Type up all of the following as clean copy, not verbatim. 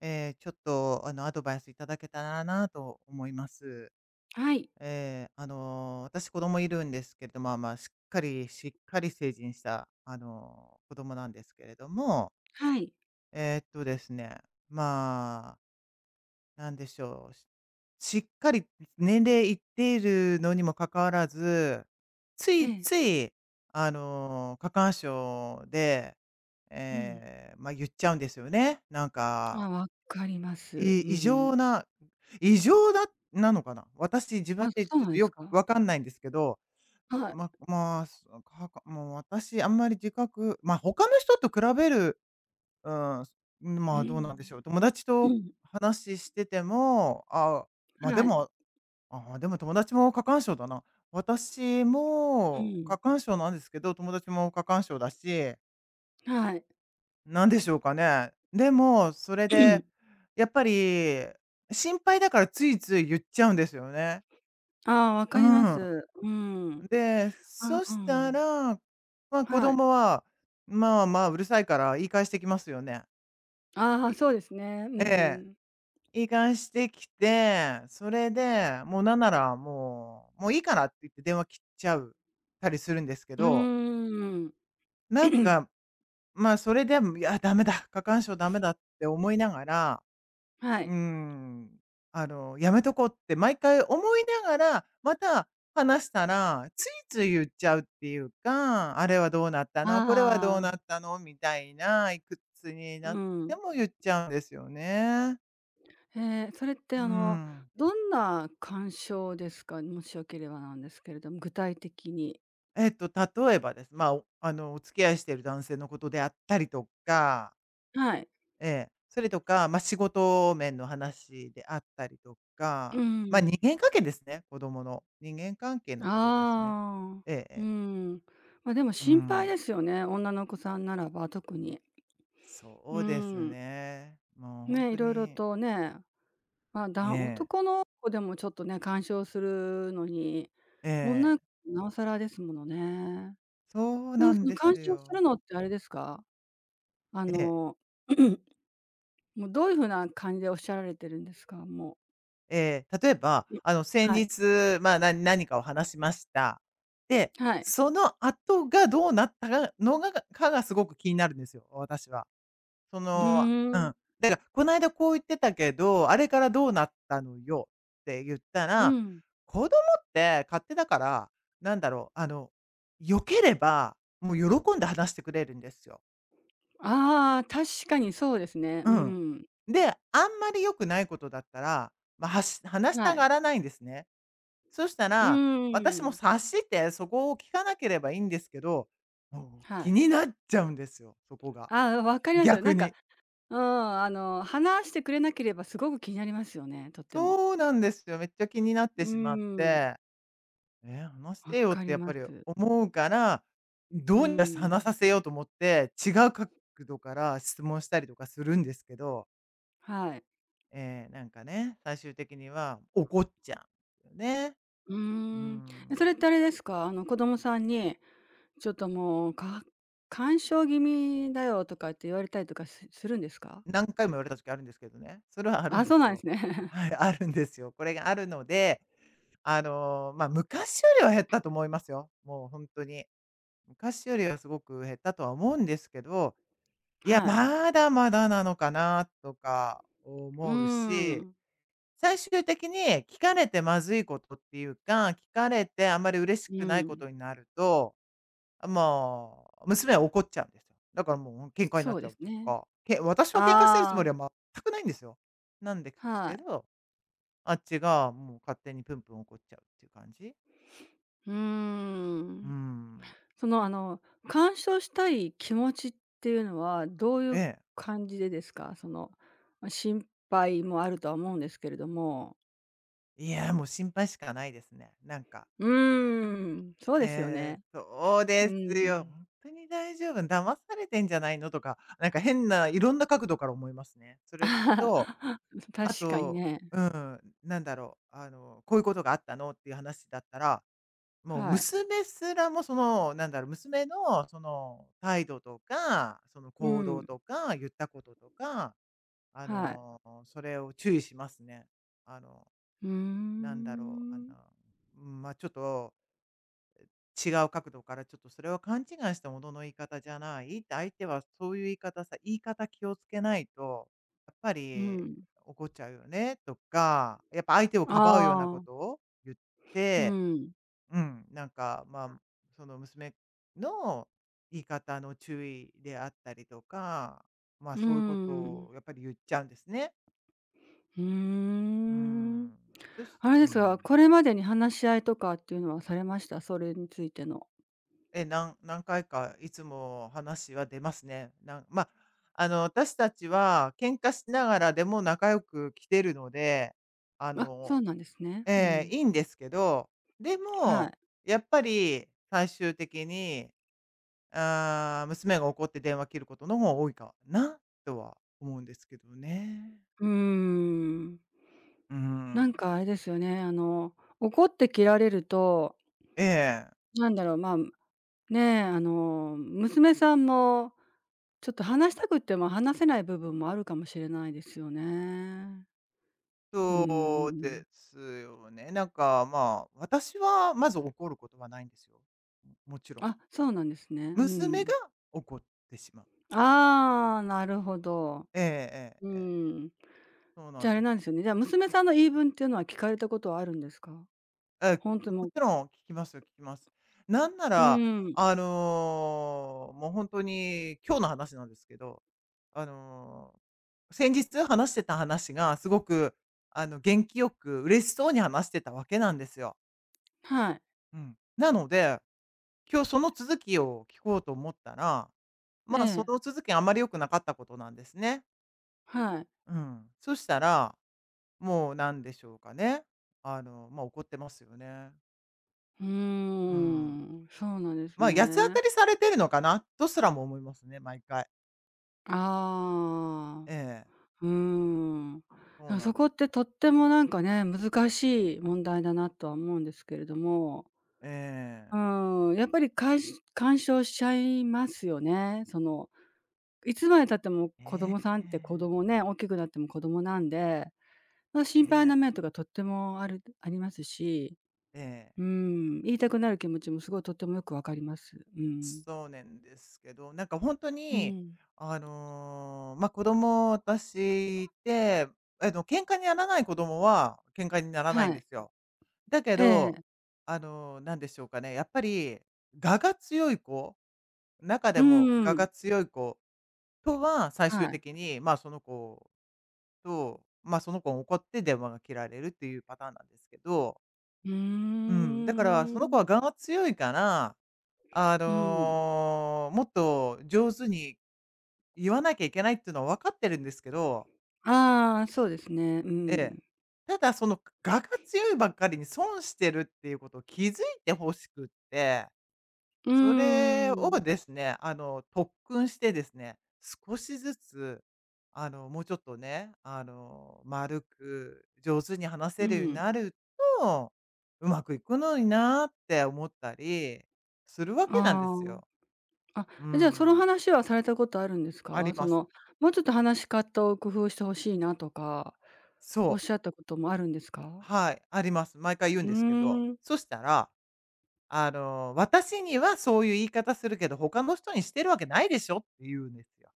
えーちょっと、あの、アドバイスいただけたらなと思います。はい、私子供いるんですけれども、まあまあ、しっかり成人した、子供なんですけれども、はい。ですね、まあ、なんでしょう、しっかり年齢いっているのにもかかわらず、つえいえ、つい、過干渉で、うん。ええ、ま、言っちゃうんですよね。なんあ、かわかります。いう異常ん。な異常なのかな？私、自分あ、でそうちょっなんとですよくか？わかんないんですけど、はい。ままあ、すかかもう私あんまり自覚。他の人と比べる、うん、うまあ、どうん。なんでしょう、友達うとん、話してても、ま、ではい。も、あ、でも友達も過干渉だな。私うもん。過干渉なんですけど、友達も過干渉だしはい。なんでしょうかね。でも、それで、やっぱり、心配だからついつい言っちゃうんですよね。ああ、わうかりまん。す。うん。で、あ、そうしたん。ら、ま、子はい。供は、まあまあ、うるさいから言い返してきますよね。あいあ、そうですね。うええ。ん。言い返してきて、それで、もうなんなら、もう、もういいからって言って電話切っちゃうたりするんですけうど、ーん。なん か、まあ、それでも、いや、ダメだ、過干渉ダメだって思いながらはうい。ーん。やめとこうって毎回思いながら、また話したら、ついつい言っちゃうっていうか、あれはどうなったの、これはどうああ、なったのみたいな、いくつになうってん。も言っちゃうんですよね。へえ、それってうん。どんな鑑賞ですか？もしよければなんですけれども、具体的に。えっと、例えばです。まあ、おあの、お付き合いしている男性のことであったりとかはい。ええ。それとか、まあ、仕事面の話であったりとうか、まあ、人ん。間関係ですね、子供の。人間関係のことですね。ああ、えええうえ。ん。ま、でもう心配ん。ですよね、女の子さんならば特に。そううですん。ね。もう本ね、い当ろいろに、とね、まあ、ねだえ。男の子でもちょっとね、干渉するのに、女えのえ。子なおさらですものね。そうなんなかんそので干す渉するよ。のってあれですか？あええ。の、もうどういう風な感じでおっしゃられてるんですか？ええ、例えば、う。先はい。日、まあ、何かを話しました。で、はい。その後がどうなったかがすごく気になるんですよ、私は。そふーの、うん。ん。だから「この間こう言ってたけど、あれからどうなったのよ」って言ったうら、ん。子供って勝手だから、なんだろう、あの、良ければ、もう喜んで話してくれるんですよ。ああ、確かにそうですね。ううん。ん。で、あんまり良くないことだったら、まあ、話しはたい。がらないんですね。そしたうーら、私もん、察して、そこを聞かなければいいんですけど、もうは気い。になっちゃうんですよ、そこが。ああ、分かりますよ。な逆んか、に。うん、話してくれなければすごく気になりますよね、とっても。そうなんですよ。めっちゃ気になっうてーしまっん、て。ね、話し分てよっかりてやっぱまりす。思うから、うどうにかしてー話ん、させようと思って、違う角度から質問したりとかするんですけど、はい。最終的には怒っちゃうんですよね。ううーん。え、そん。れってあれですか、子供さんに、ちょっともう、干渉気味だよとかって言われたりとかするんですか？何回も言われた時あるんですけどね。それはあるあ、んでそうすなんでよ。すね。はい、あるんですよ。これがあるので、まあ、昔よりは減ったと思いますよ。もう本当に。昔よりはすごく減ったとは思うんですけど いや、はい。まだまだなのかなとかうー思うし、ん、最終的に聞かれてまずいことっていうか、聞かれてあんまり嬉しうくないこん。とになると、あ、もう、娘は怒っちゃうんですよ。だからもう喧嘩になそっうちでゃすうというね。か、私は喧嘩してるつもああ、りは全くないんですよ。なんですはけい。ど、あっちがもう勝手にプンプン怒っちゃうっていう感じ。うーうん。ん。その、あの、鑑賞したい気持ちっていうのは、どういえうえ。感じでですか？その、ま、心配もあるとは思うんですけれども。いや、もう心配しかないですね。なんか。うーん、そうですよええ、ね。そううでーすよ。ん。本当に大丈夫、「騙されてんじゃないの？」とか、なんか変ないろんな角度から思いますね。それと、あ確かにと、ね。うん、「こういうことがあったの？」っていう話だったら、もうはい。娘すらもその、なんだろう、娘のその態度とか、そのう行動ん、とか、言ったこととか、あはい。の、それを注意しますね。あの、うーなんだろう、あの、ん。うん、ま、ちょっと違う角度からちょっとそれは勘違いしたものの言い方じゃない、って相手はそういう言い方気をつけないと、やっぱうりん。怒っちゃうよねとか、やっぱ相手をかばうようなこああ、とを言っうて、ん。うん、なんか、まあ、その娘の言い方の注意であったりとか、まあうーそういうことん。をやっぱり言っちゃうんですね。うーうん。ん。あれうですが、ん。これまでに話し合いとかっていうのはされました？それについての。え、なん何回かいつも話は出ますね。まあ、私たちは喧嘩しながらでも仲良く来てるので、ああ、そうのなんですね。うええ、ん。いいんですけど、ではも、い。やっぱり最終的に、ああ、娘が怒って電話切ることの方が多いかなとは思うんですけどね。うーん。うなんん。かあれですよね、怒って切られると、ええ、なんだろう、まあ、ねえ、娘さんも、ちょっと話したくっても話せない部分もあるかもしれないですよね。うーそうん。ですよね。なんか、まあ、私はまず怒ることはないんですよ。もちろん。あ、そうなんですね。う娘がん。怒ってしまう。ああ、なるほど。えええうえええ。ん。そうなじんゃあ、あれでなんですすよ。よね。じゃあ、娘さんの言い分っていうのは聞かれたことはあるんですか？えほんとももうちろん聞きますよ、聞きます。なんなうら、ん。もう本当に今日の話なんですけど、あの、先日話してた話がすごく、元気よく嬉しそうに話してたわけなんですよ。はい。うん。なので、今日その続きを聞こうと思ったら、えまあ、そえ、の続きあまり良くなかったことなんですね。はい。うん。そしたらもうなんでしょうかね。ま、怒ってますよね。うーうん。ん、そうなんですま、八つ当ね。たりされてるのかなとすらも思いますね、毎回。ああ、ええ、うーん。そうなそんこでっすてよ。とってもなんかね、難しい問題だなとは思うんですけれども、えうえ。ーん、やっぱりかんし干渉しちゃいますよね。その、いつまで経っても子ね供さんって子え、供ね、大きくなっても子供なんで、まあ、心配ねなえ。面とかとってもありますし、えうーえ。ん、言いたくなる気持ちもすごいとってもよくわかります。うん。そうなんですけど、なんか本当うに、ん。ま、子供私って、あの、喧嘩にならない子供は喧嘩にならないはんでい。すよ。だけえど、え。なんでしょうかね、やっぱり我が強い子中うでもん我うん。が強い子とは、最終はい。的に、まあ、その子と、まあ、その子が怒って電話が切られるっていうパターンなんですけど、うーうん、だからその子ん。は我が強いから、うん。もっと上手に言わなきゃいけないっていうのは分かってるんですけど、ああ、そうですね。うええ。ん。ただその我が強いばっかりに損してるっていうことを気づいてほしくってうーそれをん。ですね、特訓してですね、少しずつ、もうちょっとね、丸く上手に話うせるようにん。なると、うまくいくのになーって思ったりするわけなんであすよ。あ。あ、うえ、じゃあ、そのん、話はされたことあるんですあか？りそます。の、もうちょっと話し方を工夫して欲しいなとか、そおっう、しゃったこともあるんですか？はい、あります。毎回言ううんですけど、ーん。そしたら、私にはそういう言い方するけど、他の人にしてるわけないでしょって言うんですよ。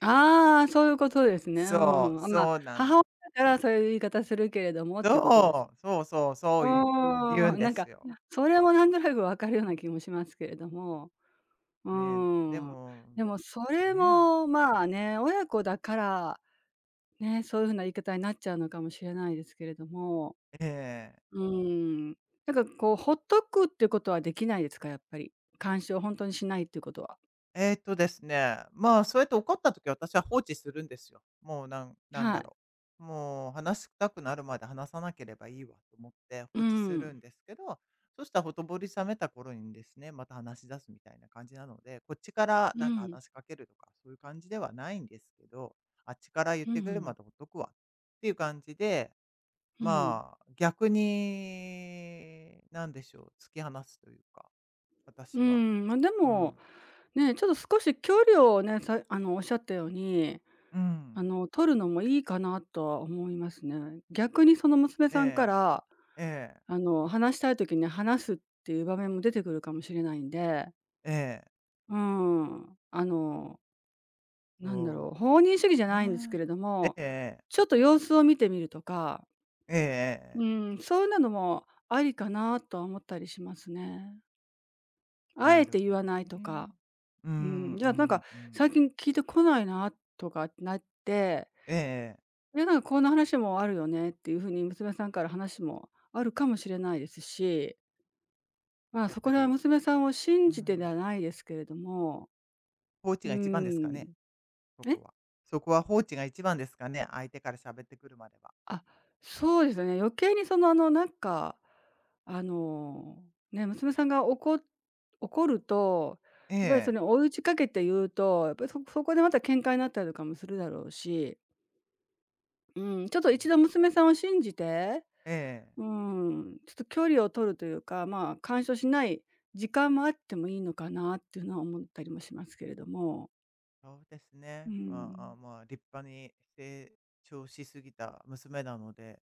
ああ、そういうことですね。うそんう、うん。あ、まあ、そうな母親の。だからそういう言い方するけれどもっていうことです。そう、そうそう、うそういう言うーんん。でなんか、すよ。それもなんとなくわかるような気もしますけれども。うね、でーん。も、でもそれねも、まあね、親子だから、ね、そういう風な言い方になっちゃうのかもしれないですけれども、え、ええ。うーん。なんかこう、ほっとくってことはできないですか？やっぱり。干渉をほんとにしないっていうことは。えっとですね、まあ、そうやって怒った時は私は放置するんですよ。もうなんなんはだい。ろう、もう話したくなるまで話さなければいいわと思って放う置するん。んですけど、そしたらほとぼり冷めた頃にですね、また話し出すみたいな感じなので、こっちからうなんかん。話しかけるとか、そういう感じではないんですけど、あっちから言っうん、うてくるん。までほっとくわっていう感じでまあ、逆に、なんでしょう、突き放すというか、う私は。ん。ま、でうも、ん。ね、ちょっと少し距離をね、さあの、おっしゃったように、うん。取るのもいいかなとは思いますね。逆にその娘さんかえらえ、ええ、話したい時にね話すっていう場面も出てくるかもしれないんで、ええ、うーん、なんだろそう、放任主義じゃう、ないんですけね。れどええも、ええ、ちょっと様子を見てみるとか、ええうええ、ーん、そういうのもありかなとは思ったりしますね。あなえるて言ほどわないね。とうか、ん、ううん、じゃあなんかん、うん。最近聞いてこないなとかってなって、ええええ、いやなんかこんな話もあるよねっていう風に娘さんから話もあるかもしれないですしまあ、やっそぱこらはり、娘さんを信うじてでん、はないですけれども、放置うーが一番ですかね、ん。そえ？こは。そこは放置が一番ですかね、相手から喋ってくるまでは。あ、そうですよね。余計にその、あの、ね、娘さんが怒ると、えやっぱりそえ、の追い打ちかけて言うと、やっぱりそこでまた喧嘩になったりとかもするだろうし、うん、ちょっと一度娘さんを信じて、ええ。うん、ちょっと距離を取るというか、まあ、干渉しない時間もあってもいいのかなっていうのは思ったりもしますけれども。そうですうね。まあ、ん。あ、まあ、立派に成長しすぎた娘なので、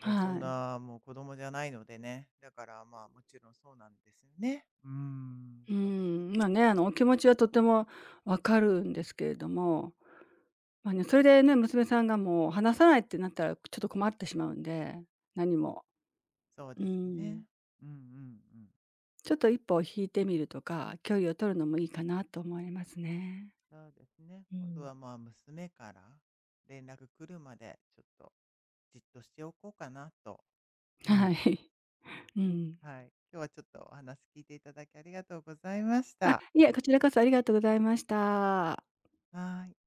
もうそんい。な、もう子供じゃないのでね。だからまあ、もちろんそうなんですよね。うーん、うそうですね。ん、まあね、お気持ちはとてもわかるんですけれども、まあね、それでね、娘さんがもう話さないってなったら、ちょっと困ってしまうんで、何も。そううですん。ね。うんうんうん。ちょっと一歩引いてみるとか、距離を取るのもいいかなと思いますね。そうですね。う今度ん。はまあ、娘から連絡来るまで、ちょっとじっとしておこうかなと。うはん。い。うん。はい。今日はちょっとお話聞いていただきありがとうございましあ、た。いえ、こちらこそありがとうございました。はーい。